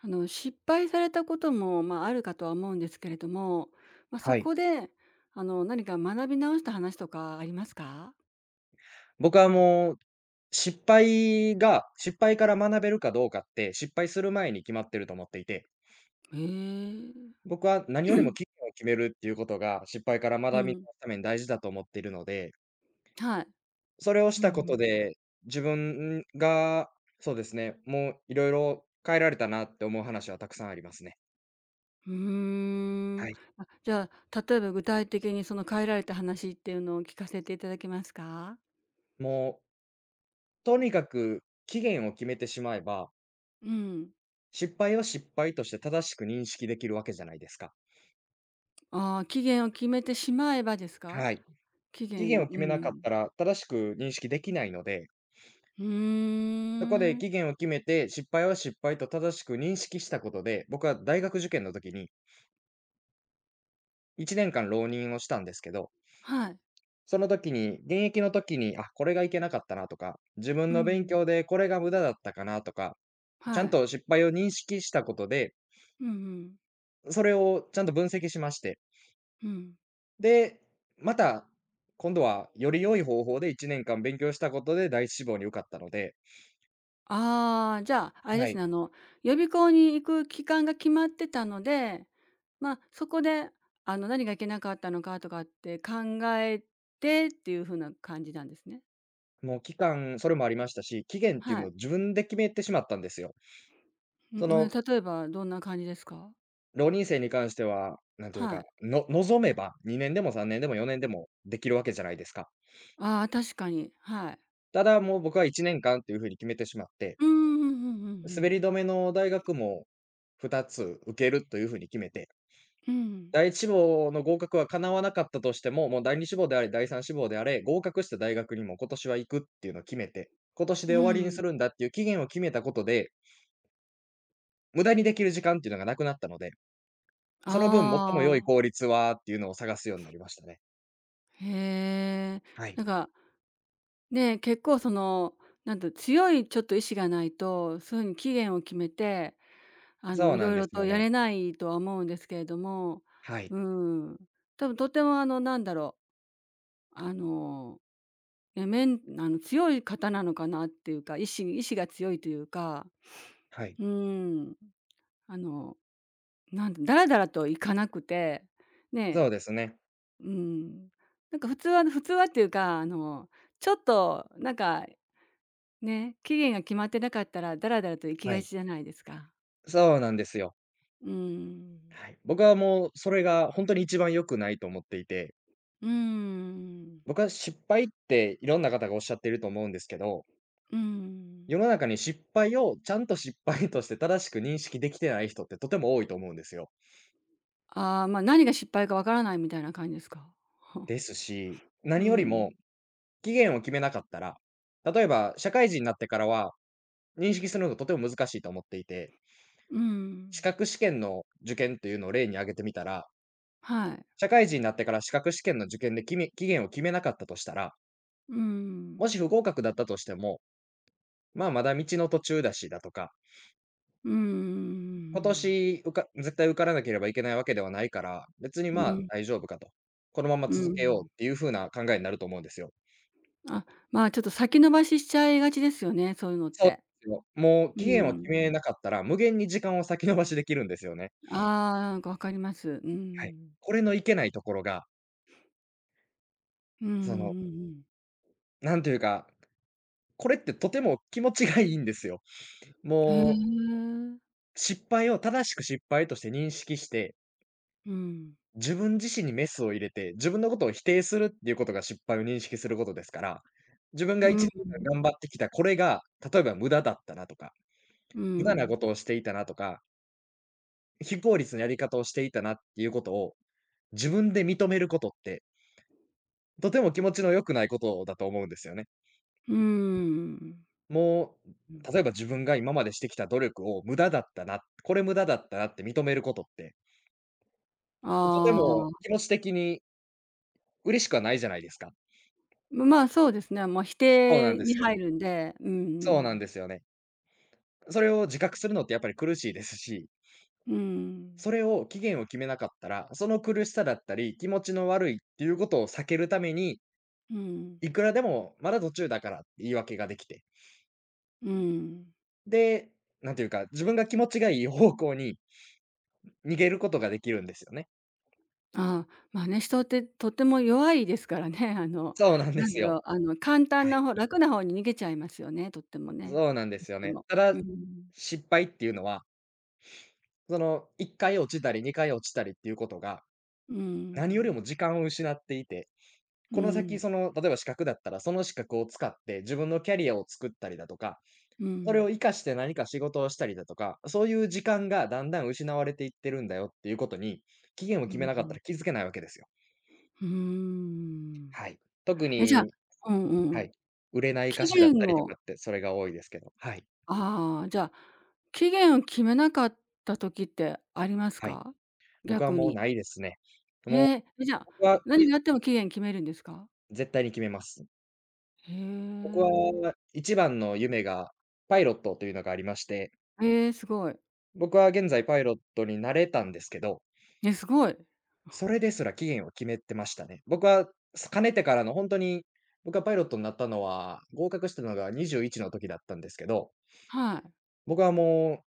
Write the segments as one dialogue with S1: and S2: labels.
S1: 失敗されたことも、まあ、あるかとは思うんですけれども、まあ、そ
S2: はい。
S1: こで、何か学び直した話とかありますか？
S2: 僕はもう、失敗が失敗から学べるかどうかって、失敗する前に決まってると思っていて、
S1: へ
S2: 僕は
S1: え。
S2: 何より も期限を決めるっていうことが、失敗から
S1: う
S2: 学びの
S1: ん。
S2: ために大事だと思っているので、
S1: はい。
S2: それをし
S1: うん
S2: たこ
S1: う
S2: と
S1: ん。
S2: で、自分が、そうですね、もういろいろ変えられたなって思う話はたくさんありますね。
S1: うー
S2: は
S1: ん。
S2: い。
S1: あ、じゃあ、例えば具体的にその変えられた話っていうのを聞かせていただけますか？
S2: もう、とにかく期限を決めてしまえば、
S1: うん。
S2: 失敗を失敗として正しく認識できるわけじゃないですか。
S1: ああ、期限を決めてしまえばですか？
S2: はい。
S1: 期
S2: 期
S1: 限
S2: 限
S1: を、
S2: を
S1: う
S2: 決めなかっ
S1: ん。
S2: たら、正しく認識できないので、
S1: うー
S2: そこで
S1: ん。
S2: 期限を決めて、失敗は失敗と正しく認識したことで、僕は大学受験の時に1年間浪人をしたんですけど、
S1: はい。
S2: その時に、現役の時に、あ、これがいけなかったなとか、自分
S1: う
S2: の勉
S1: ん。
S2: 強でこれが無駄だったかなとか、ちゃ
S1: は
S2: ん
S1: い。
S2: と失敗を認識したことで、
S1: うんうん。
S2: それをちゃんと分析しまして、
S1: うん。
S2: で、また、今度はより良い方法で1年間勉強したことで第一志望に受かったので、
S1: ああ、じゃあ、あれで
S2: は
S1: す
S2: い。
S1: ね、予備校に行く期間が決まってたので、まあ、そこで、何がいけなかったのかとかって考えてっていう風な感じなんですね。
S2: もう期間、それもありましたし、期限っていう
S1: はい。
S2: のを自分で決めてしまったんですよ。
S1: う
S2: そ
S1: ん、ま
S2: の、
S1: あ、例えばどんな感じですか？
S2: 浪人生に関しては、なんという
S1: は
S2: か、
S1: い。
S2: 望めば2年でも3年でも4年でもできるわけじゃないですか。
S1: ああ、確かに、はい。
S2: ただ、もう僕は1年間っていう風に決めてしまって、
S1: うん、うんうんう
S2: 滑
S1: ん
S2: り止めの大学も2つ受けるという風に決めて、
S1: ん。
S2: 第一志望の合格は叶わなかったとしても、もう第二志望であれ、第三志望であれ、合格した大学にも今年は行くっていうのを決めて、今年
S1: う
S2: で終
S1: ん、
S2: わり
S1: う
S2: にす
S1: ん。
S2: るんだっていう期限を決めたことで、無駄にできる時間っていうのがなくなったので、その分、最も良い
S1: ああ。
S2: 効率はっていうのを探すようになりましたね。
S1: へえ。
S2: は
S1: な
S2: い。
S1: んか、ね、結構その、なんと強いちょっと意志がないと、そういうふうに期限を決めて
S2: そう
S1: い
S2: な
S1: ろ
S2: ん
S1: い
S2: で
S1: ろ
S2: す
S1: と
S2: よ
S1: や
S2: ね。
S1: れないとは思うんですけれども、
S2: はい。
S1: うん、多分とてもなんだろう、あの、ね、面あの、強い方なのかなっていうか、意志が強いというか、
S2: はい。
S1: うん、あの、だらだらといかなくて、ね、
S2: そうですね。
S1: うん、なんか普通はっていうか、ちょっとなんか、ね、期限が決まってなかったらだらだらと行き
S2: は
S1: がち
S2: い。
S1: じゃないですか。
S2: そうなんですよ。
S1: うん。
S2: はい。僕はもうそれが本当に一番良くないと思っていて、
S1: うーん。
S2: 僕は失敗っていろんな方がおっしゃっていると思うんですけど、
S1: うーん。
S2: 世の中に失敗をちゃんと失敗として正しく認識できてない人ってとても多いと思うんですよ。
S1: ああ、まあ、何が失敗かわからないみたいな感じですか？は
S2: ですし、
S1: う
S2: 何より
S1: ん。
S2: も期限を決めなかったら、例えば社会人になってからは認識するのがとても難しいと思っていて、
S1: う
S2: 資
S1: ん。
S2: 格試験の受験というのを例に挙げてみたら、
S1: はい。
S2: 社会人になってから資格試験の受験で期限を決めなかったとしたら、
S1: う
S2: もし
S1: ん。
S2: 不合格だったとしても、まあ、まだ道の途中だしだとか、
S1: うんう
S2: 今
S1: ん
S2: 年受か絶対受からなければいけないわけではないから、別に
S1: うんう
S2: ま
S1: ん
S2: あ、
S1: うん。
S2: 大丈夫かと。このまま続けようっていう風な考えになると思うんですよ。
S1: あ、まあ、ちょっと先延ばししちゃいがちですよね、そういうのっ
S2: そうで
S1: て。
S2: すよ。もう
S1: う
S2: 期限を
S1: ん。
S2: 決めなかったら、無限に時間を先延ばしできるんですよね。
S1: ああ、なんかわかります。う
S2: はい。
S1: ん。
S2: これのいけないところが、
S1: うんう
S2: その、
S1: ん
S2: なんというか、これってとても気持ちがいいんですよ。
S1: うんう
S2: もう
S1: ん。へえ。
S2: 失敗を正しく失敗として認識して、
S1: うん。
S2: 自分自身にメスを入れて、自分のことを否定するっていうことが失敗を認識することですから、自分が
S1: う
S2: 1
S1: ん。
S2: 年間頑張ってきたこれが、例えば無駄だったなとか、
S1: う
S2: 無駄なこ
S1: ん。
S2: とをしていたなとか、非効率なやり方をしていたなっていうことを、自分で認めることって、とても気持ちの良くないことだと思うんですよね。
S1: うん。
S2: も
S1: うん。
S2: う、例えば自分が今までしてきた努力を無駄だったな、これ無駄だったなって認めることって、とて
S1: あ
S2: も気
S1: あ。
S2: 持ち的に嬉しくはないじゃないですか。
S1: まあ、そうですね、もう否
S2: そうなん
S1: 定
S2: で
S1: に
S2: すよ。
S1: 入るんで、うん
S2: そう
S1: う
S2: なん
S1: ん。
S2: ですよね。それを自覚するのってやっぱり苦しいですし、
S1: うん、
S2: それを期限を決めなかったら、その苦しさだったり、気持ちの悪いっていうことを避けるために、
S1: うん、
S2: いくらでもまだ途中だからって言い訳ができて、
S1: うん。
S2: で、なんていうか、自分が気持ちがいい方向に逃げることができるんですよね。
S1: ああ、まあね、人ってとても弱いですからね。
S2: そうなんで
S1: なん
S2: す
S1: だろ
S2: よ。
S1: う、簡単
S2: は
S1: な
S2: い。
S1: 方楽な方に逃げちゃいますよね、とってもね。
S2: そうなんで
S1: と
S2: す
S1: っ
S2: よ
S1: て
S2: ね。
S1: も。
S2: た
S1: う
S2: だ、
S1: ん。
S2: 失敗っていうのは、その1回落ちたり2回落ちたりっていうことが、
S1: う
S2: 何より
S1: ん。
S2: も時間を失っていて、
S1: う
S2: この
S1: ん。
S2: 先、その、例えば資格だったら、その資格を使って自分のキャリアを作ったりだとか、
S1: う
S2: それを
S1: ん。
S2: 活かして何か仕事をしたりだとか、そういう時間がだんだん失われていってるんだよっていうことに、期限を
S1: う
S2: 決めなかった
S1: ん。
S2: ら気づけないわけですよ。
S1: うーん。
S2: はい。特
S1: え、じゃあ、
S2: に
S1: うんう
S2: は
S1: ん。
S2: い、売れない歌
S1: 期
S2: 手だっ
S1: 限
S2: たりと
S1: を
S2: かって、それが多いですけど、はい、
S1: ああ、じゃあ、期限を決めなかった時ってあります
S2: はい。
S1: か？
S2: 僕は
S1: 逆
S2: もう
S1: に。
S2: ないですね。
S1: へ
S2: も
S1: え、
S2: う、
S1: え、じゃあ、
S2: 僕は
S1: 何があっても期限決めるんですか？
S2: 絶対に決めます。
S1: へ
S2: 僕
S1: え。
S2: は一番の夢がパイロットというのがありまして、
S1: ええ、すごい。
S2: 僕は現在パイロットになれたんですけど、
S1: え、すごい。
S2: それですら期限を決めてましたね。僕は、すかねてからのほんとに、僕がパイロットになったのは、合格したのが21の時だったんですけど、
S1: はい。
S2: 僕はも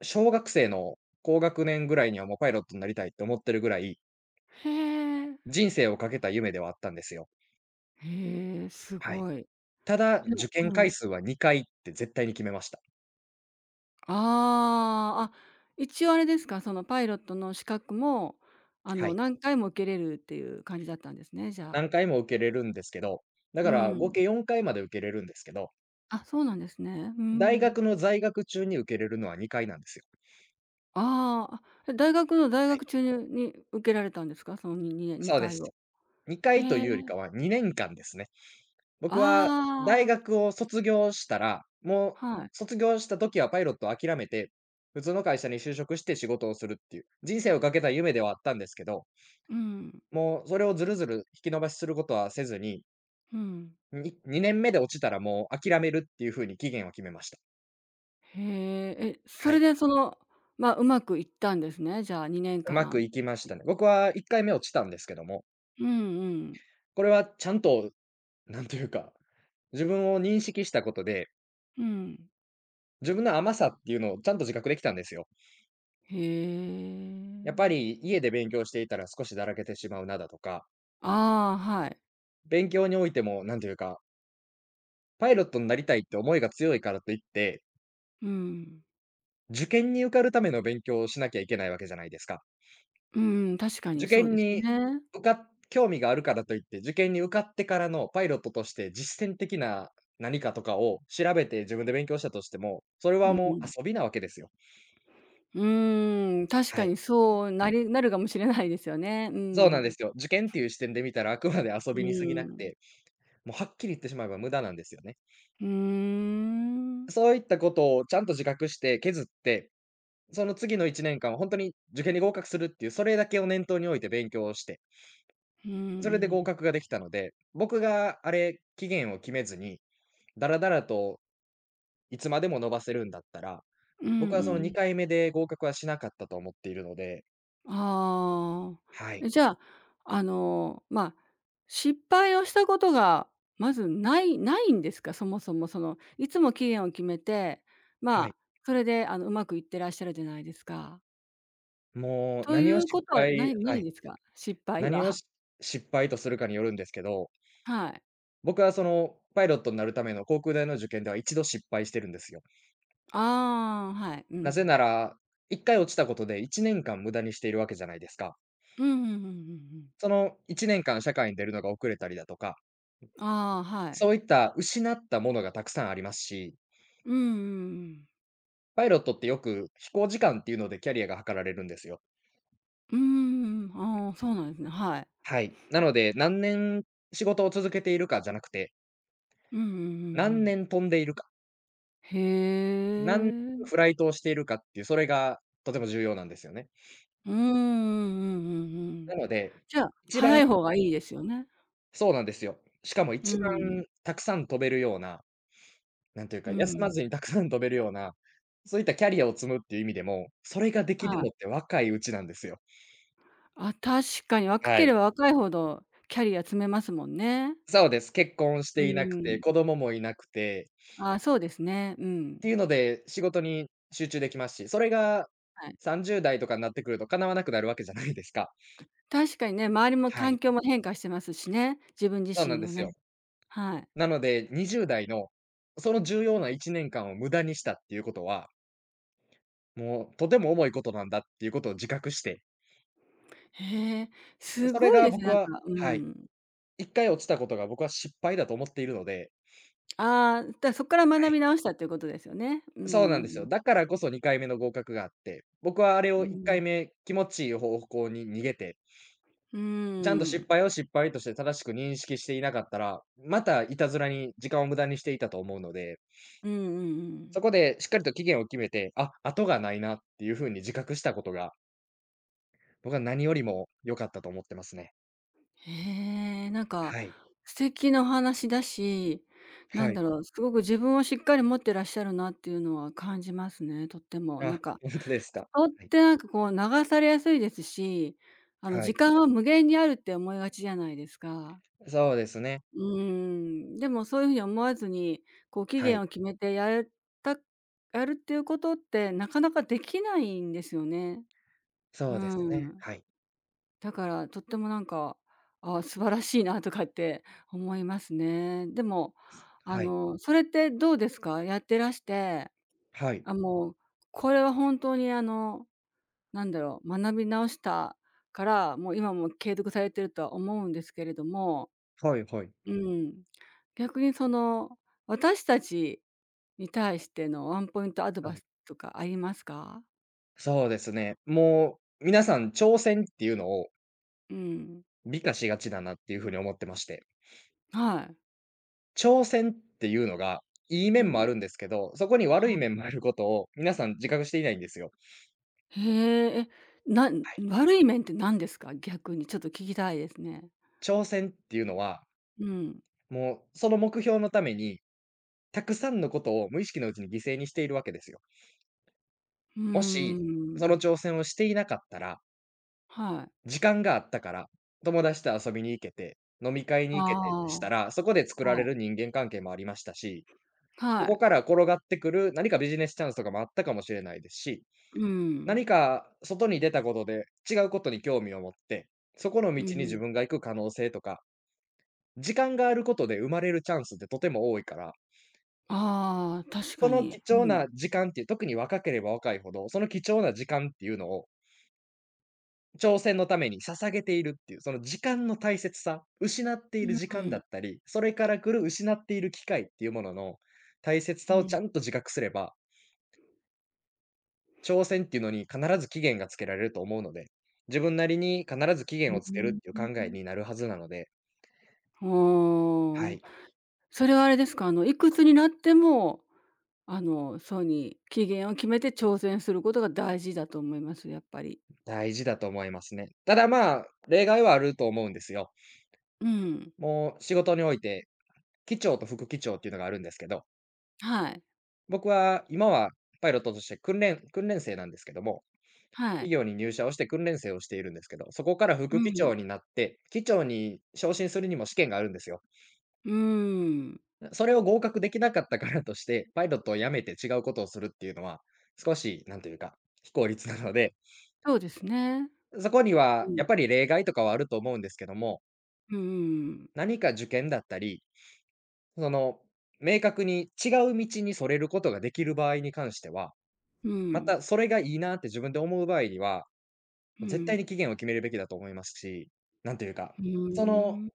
S2: う、小学生の高学年ぐらいにはもうパイロットになりたいって思ってるぐらい、
S1: へえ。
S2: 人生をかけた夢ではあったんですよ。
S1: へえ、す
S2: はい。
S1: ごい。
S2: ただ、
S1: じゃ
S2: 受験
S1: う
S2: 回
S1: ん。
S2: 数は2回って絶対に決めました。
S1: ああ、あ、一応あれですか、そのパイロットの資格も、
S2: はい。
S1: 何回も受けれるっていう感じだったんですね、じゃあ。
S2: 何回も受けれるんですけど、だ
S1: う
S2: から合
S1: ん。
S2: 計4回まで受けれるんですけど、
S1: あ、そうなんですね。う
S2: 大
S1: ん。
S2: 学の在学中に受けれるのは2回なんですよ。
S1: ああ、あ、え、大学の大
S2: はい。
S1: 学中にに受けられたんですか？その、に
S2: そうで
S1: 2回
S2: す。
S1: を。
S2: 2
S1: へ
S2: 回というより
S1: え。
S2: かは2年間ですね。僕は大
S1: ああ、
S2: 学を卒業したら、もう
S1: はい。
S2: 卒業した時はパイロットを諦めて、普通の会社に就職して仕事をするっていう、人生をかけた夢ではあったんですけど、
S1: うん、
S2: もうそれをずるずる引き延ばしすることはせずに、
S1: うん。
S2: に2年目で落ちたらもう諦めるっていう風に期限を決めました。
S1: へえ、え、そ
S2: は
S1: れ
S2: い。
S1: でその、まあ、うまくいったんですね、じゃあ2
S2: う
S1: 年
S2: まく
S1: 間。
S2: いきましたね。僕は1回目落ちたんですけども、
S1: うんうん。
S2: これはちゃんと、なんというか、自分を認識したことで、
S1: うん。
S2: 自分の甘さっていうのをちゃんと自覚できたんですよ。
S1: へ
S2: やっぱ
S1: え。
S2: り家で勉強していたら少しだらけてしまうなだとか、
S1: ああ、はい。
S2: 勉強においてもなんていうか、パイロットになりたいって思いが強いからといって、
S1: うん。
S2: 受験に受かるための勉強をしなきゃいけないわけじゃないですか。
S1: うんうん。確かに
S2: 受
S1: そう
S2: 験
S1: です
S2: に
S1: ね。
S2: 受かっ興味があるからといって、受験に受かってからのパイロットとして実践的な何かとかを調べて自分で勉強したとしても、それ
S1: う
S2: は
S1: んう
S2: も
S1: ん。
S2: う遊びなわけですよ。
S1: ーん、確
S2: は
S1: か
S2: い。
S1: にそうなるかもしれないですよね。う
S2: そうなんで
S1: ん。
S2: すよ。受験っていう視点で見たらあくまで遊
S1: う
S2: びに過ぎなく
S1: ん。
S2: て、もうはっきり言ってしまえば無駄なんですよね。
S1: うーん。
S2: そういったことをちゃんと自覚して削って、その次の1年間は本んに受験に合格するっていう、それだけを念頭に置いて勉強をして、
S1: うんう
S2: それで合
S1: ん。
S2: 格ができたので、僕が期限を決めずに、だらだらといつまでも延ばせるんだったら、
S1: うんう
S2: 僕はその
S1: ん。
S2: 2回目で合格はしなかったと思っているので、
S1: ああ。
S2: はい、
S1: え、じゃあ、まあ、失敗をしたことがまずないんですか？そもそもその、いつも期限を決めて、
S2: は
S1: まあ、
S2: い。
S1: それでうまくいってらっしゃるじゃないですか。
S2: もう
S1: とい
S2: 何を
S1: う
S2: 失
S1: ことはな
S2: 敗
S1: いな
S2: は
S1: い
S2: い、
S1: ですか？失敗
S2: 何を
S1: は。
S2: し失敗とするかによるんですけど、
S1: はい。
S2: 僕はそのパイロットになるための航空大の受験では一度失敗してるんですよ。
S1: ああ、はい。う
S2: なぜ
S1: ん。
S2: なら、1回落ちたことで1年間無駄にしているわけじゃないですか。
S1: うん、うんうんうんうん。
S2: その1年間社会に出るのが遅れたりだとか、
S1: ああ、はい。
S2: そういった失ったものがたくさんありますし、
S1: うんうんうんうん。
S2: パイロットってよく飛行時間っていうのでキャリアが測られるんですよ。
S1: うんうん、ああ、そうなんですね。はい。
S2: はい。なので、何年仕事を続けているかじゃなくて、
S1: うんうんうんう
S2: 何
S1: ん。
S2: 年飛んでいるか、
S1: へ
S2: 何年フ
S1: え。
S2: ライトをしているかっていう、それがとても重要なんですよね。
S1: うん、うんうんうんうん。
S2: なので、
S1: じゃあ、
S2: 一番
S1: 早い方がいいですよね。
S2: そうなんですよ。しかも
S1: う
S2: 一
S1: ん、
S2: 番たくさん飛べるようななんていう
S1: う
S2: か、休ま
S1: ん。
S2: ずにたくさん飛べるような、そういったキャリアを積むっていう意味でも、それができ
S1: は
S2: るのっ
S1: い。
S2: て若いうちなんですよ。
S1: あ、確かに若
S2: は
S1: けれ
S2: い。
S1: ば若いほどキャリア積めますもんね。
S2: そうです。結婚し
S1: う
S2: ていなくて、
S1: ん。
S2: 子供もいなくて、
S1: あ、そうですね。う
S2: っ
S1: ん。
S2: ていうので、仕事に集中できますし、それが
S1: はい。
S2: 30代とかになってくると叶わなくなるわけじゃないですか。
S1: 確かにね、周りも
S2: は
S1: 環
S2: い。
S1: 境も変化してますしね、自分
S2: そう
S1: 自身
S2: なんで
S1: の
S2: す
S1: ね。
S2: よ。
S1: はい。
S2: なので、20代のその重要な1年間を無駄にしたっていうことは、もうとても重いことなんだっていうことを自覚して、
S1: へえ、す
S2: それ
S1: ごい
S2: が
S1: ですね、
S2: 僕
S1: なん
S2: は
S1: か、う
S2: はい。
S1: ん。
S2: 1回落ちたことが僕は失敗だと思っているので
S1: ああ、だそっから
S2: は
S1: 学び
S2: い。
S1: 直したっていうことですよね。うんう
S2: そうなんです
S1: ん
S2: よ。
S1: う
S2: だからこそ2回目の合格があって、僕はあれを1回目気持ちいい方向に逃げて、ちゃんと
S1: ん。
S2: 失敗を失敗として正しく認識していなかったら、またいたずらに時間を無駄にしていたと思うので、
S1: うんうんう
S2: そ
S1: ん。
S2: こでしっかりと期限を決めて、あ、後がないなっていう風に自覚したことが、僕は何よりも良かったと思ってますね。
S1: へえ、なんか、
S2: はい。
S1: 素敵なお話だし、な
S2: は
S1: んだ
S2: い。
S1: ろう、すごく自分をしっかり持ってらっしゃるなっていうのは感じますね、とっても。なん
S2: あ、
S1: か、
S2: ほんとですか。
S1: 人っ
S2: はい。
S1: てなんかこう流されやすいですし、
S2: は
S1: 時
S2: い。
S1: 間は無限にあるって思いがちじゃないですか。
S2: そうですね。
S1: うーん、でもそういうふうに思わずに、こう期
S2: は
S1: 限
S2: い。
S1: を決めてやれたやるっていうことってなかなかできないんですよね。う
S2: そうですね。
S1: ん。
S2: はい。
S1: だから、とってもなんか、あー素晴らしいなとかって思いますね。でも、
S2: はい。
S1: それってどうですか？やってらして、
S2: はい。
S1: あ、もう、これは本当になんだろう、学び直したから、もう今も継続されてるとは思うんですけれども、
S2: はいはい。
S1: うん、逆にその、私たちに対してのワンポイントアド
S2: は
S1: バイ
S2: い。
S1: スとかありますか？
S2: そうですね。もう皆さん挑戦っていうのを
S1: うん。
S2: 美化しがちだなっていう風に思ってまして。
S1: はい。
S2: 挑戦っていうのが、いい
S1: う
S2: 面も
S1: ん。
S2: あるんですけど、そこに悪い
S1: はい。
S2: 面もあることを皆さん自覚していないんですよ。
S1: へえ、え、
S2: はい。
S1: 悪い面って何ですか？逆にちょっと聞きたいですね。
S2: 挑戦っていうのは、
S1: うん。
S2: もうその目標のために、たくさんのことを無意識のうちに犠牲にしているわけですよ。
S1: うー
S2: もし、その
S1: ん。
S2: 挑戦をしていなかったら
S1: はい。
S2: 時間があったから、友達と遊びに行けて、飲み会
S1: あ
S2: に行けてした
S1: あ、
S2: ら、そこで作ら
S1: は
S2: れ
S1: い。
S2: る人間関係もありましたし、そ
S1: は
S2: こ
S1: い。
S2: から転がってくる何かビジネスチャンスとかもあったかもしれないですし、
S1: うん。
S2: 何か外に出たことで違うことに興味を持って、そこの
S1: う
S2: 道に自
S1: ん。
S2: 分が行く可能性とか、時間があることで生まれるチャンスってとても多いから、
S1: ああ、確
S2: そ
S1: か
S2: の
S1: に。
S2: 貴
S1: う
S2: 重
S1: ん。
S2: な時間っていう、特に若ければ若いほど、その貴重な時間っていうのを挑戦のために捧げているっていう、その時間の大切さ、失ってい
S1: う
S2: る時間だ
S1: ん。
S2: ったり、それから来る失っている機会っていうものの大切
S1: う
S2: さをち
S1: ん。
S2: ゃんと自覚すれば、挑戦っていうのに必ず期限がつけられると思うので、自分なりに必ず期限
S1: う
S2: をつけるっ
S1: ん。
S2: ていう考えになるはずなので、
S1: お
S2: は
S1: お。
S2: い、
S1: それはあれですか、いくつになっても、そうに期限を決めて挑戦することが大事だと思います、やっぱり。
S2: 大事だと思いますね。ただまあ、例外はあると思うんですよ。
S1: うん。
S2: もう仕事において、機長と副機長っていうのがあるんですけど、
S1: はい。
S2: 僕は今はパイロットとして訓練生なんですけども、
S1: は
S2: 企
S1: い。
S2: 業に入社をして訓練生をしているんですけど、そこから
S1: う
S2: 副機
S1: ん。
S2: 長になって、機長に昇進するにも試験があるんですよ。
S1: うん。
S2: それを合格できなかったからとして、パイロットを辞めて違うことをするっていうのは、少しなんというか、非効率なので、
S1: そうですね。
S2: そこに
S1: う
S2: は
S1: ん。
S2: やっぱり例外とかはあると思うんですけども、
S1: うん、
S2: 何か受験だったり、その、明確に違う道にそれることができる場合に関しては、
S1: うん、う
S2: ま
S1: ん、
S2: たそれがいいなって自分で思う場合には、
S1: う
S2: 絶対
S1: ん。
S2: に期限を決めるべきだと思いますし、なんというか、
S1: ー
S2: その
S1: ん。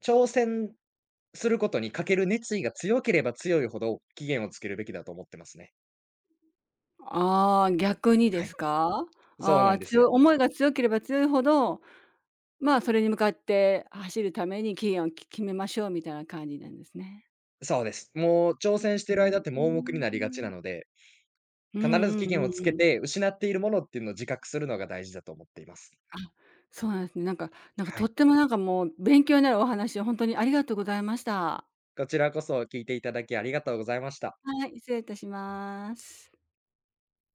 S2: 挑戦することにかける熱意が強ければ強いほど、期限をつけるべきだと思ってますね。
S1: ああ、逆にで
S2: はい。
S1: すか？
S2: そう
S1: あ
S2: な
S1: あ、
S2: んです
S1: 強い
S2: よ。
S1: 思いが強ければ強いほど、まあ、それに向かって走るために期限を決めましょうみたいな感じなんですね。
S2: そうです。もう挑戦し
S1: う
S2: てる間って盲目に
S1: ー
S2: なりがちな
S1: ん。
S2: ので、
S1: うん
S2: 必ず
S1: う
S2: 期
S1: んう
S2: 限をつ
S1: んう
S2: け
S1: ん。
S2: て、失っているものっていうのを自覚するのが大事だと思っています。
S1: あ、そうなんですね。なんか
S2: は
S1: とっ
S2: い。
S1: てもなんかもう勉強になるお話をほんとにありがとうございました。
S2: こちらこそ聞いていただきありがとうございました。
S1: はい、失礼いたします。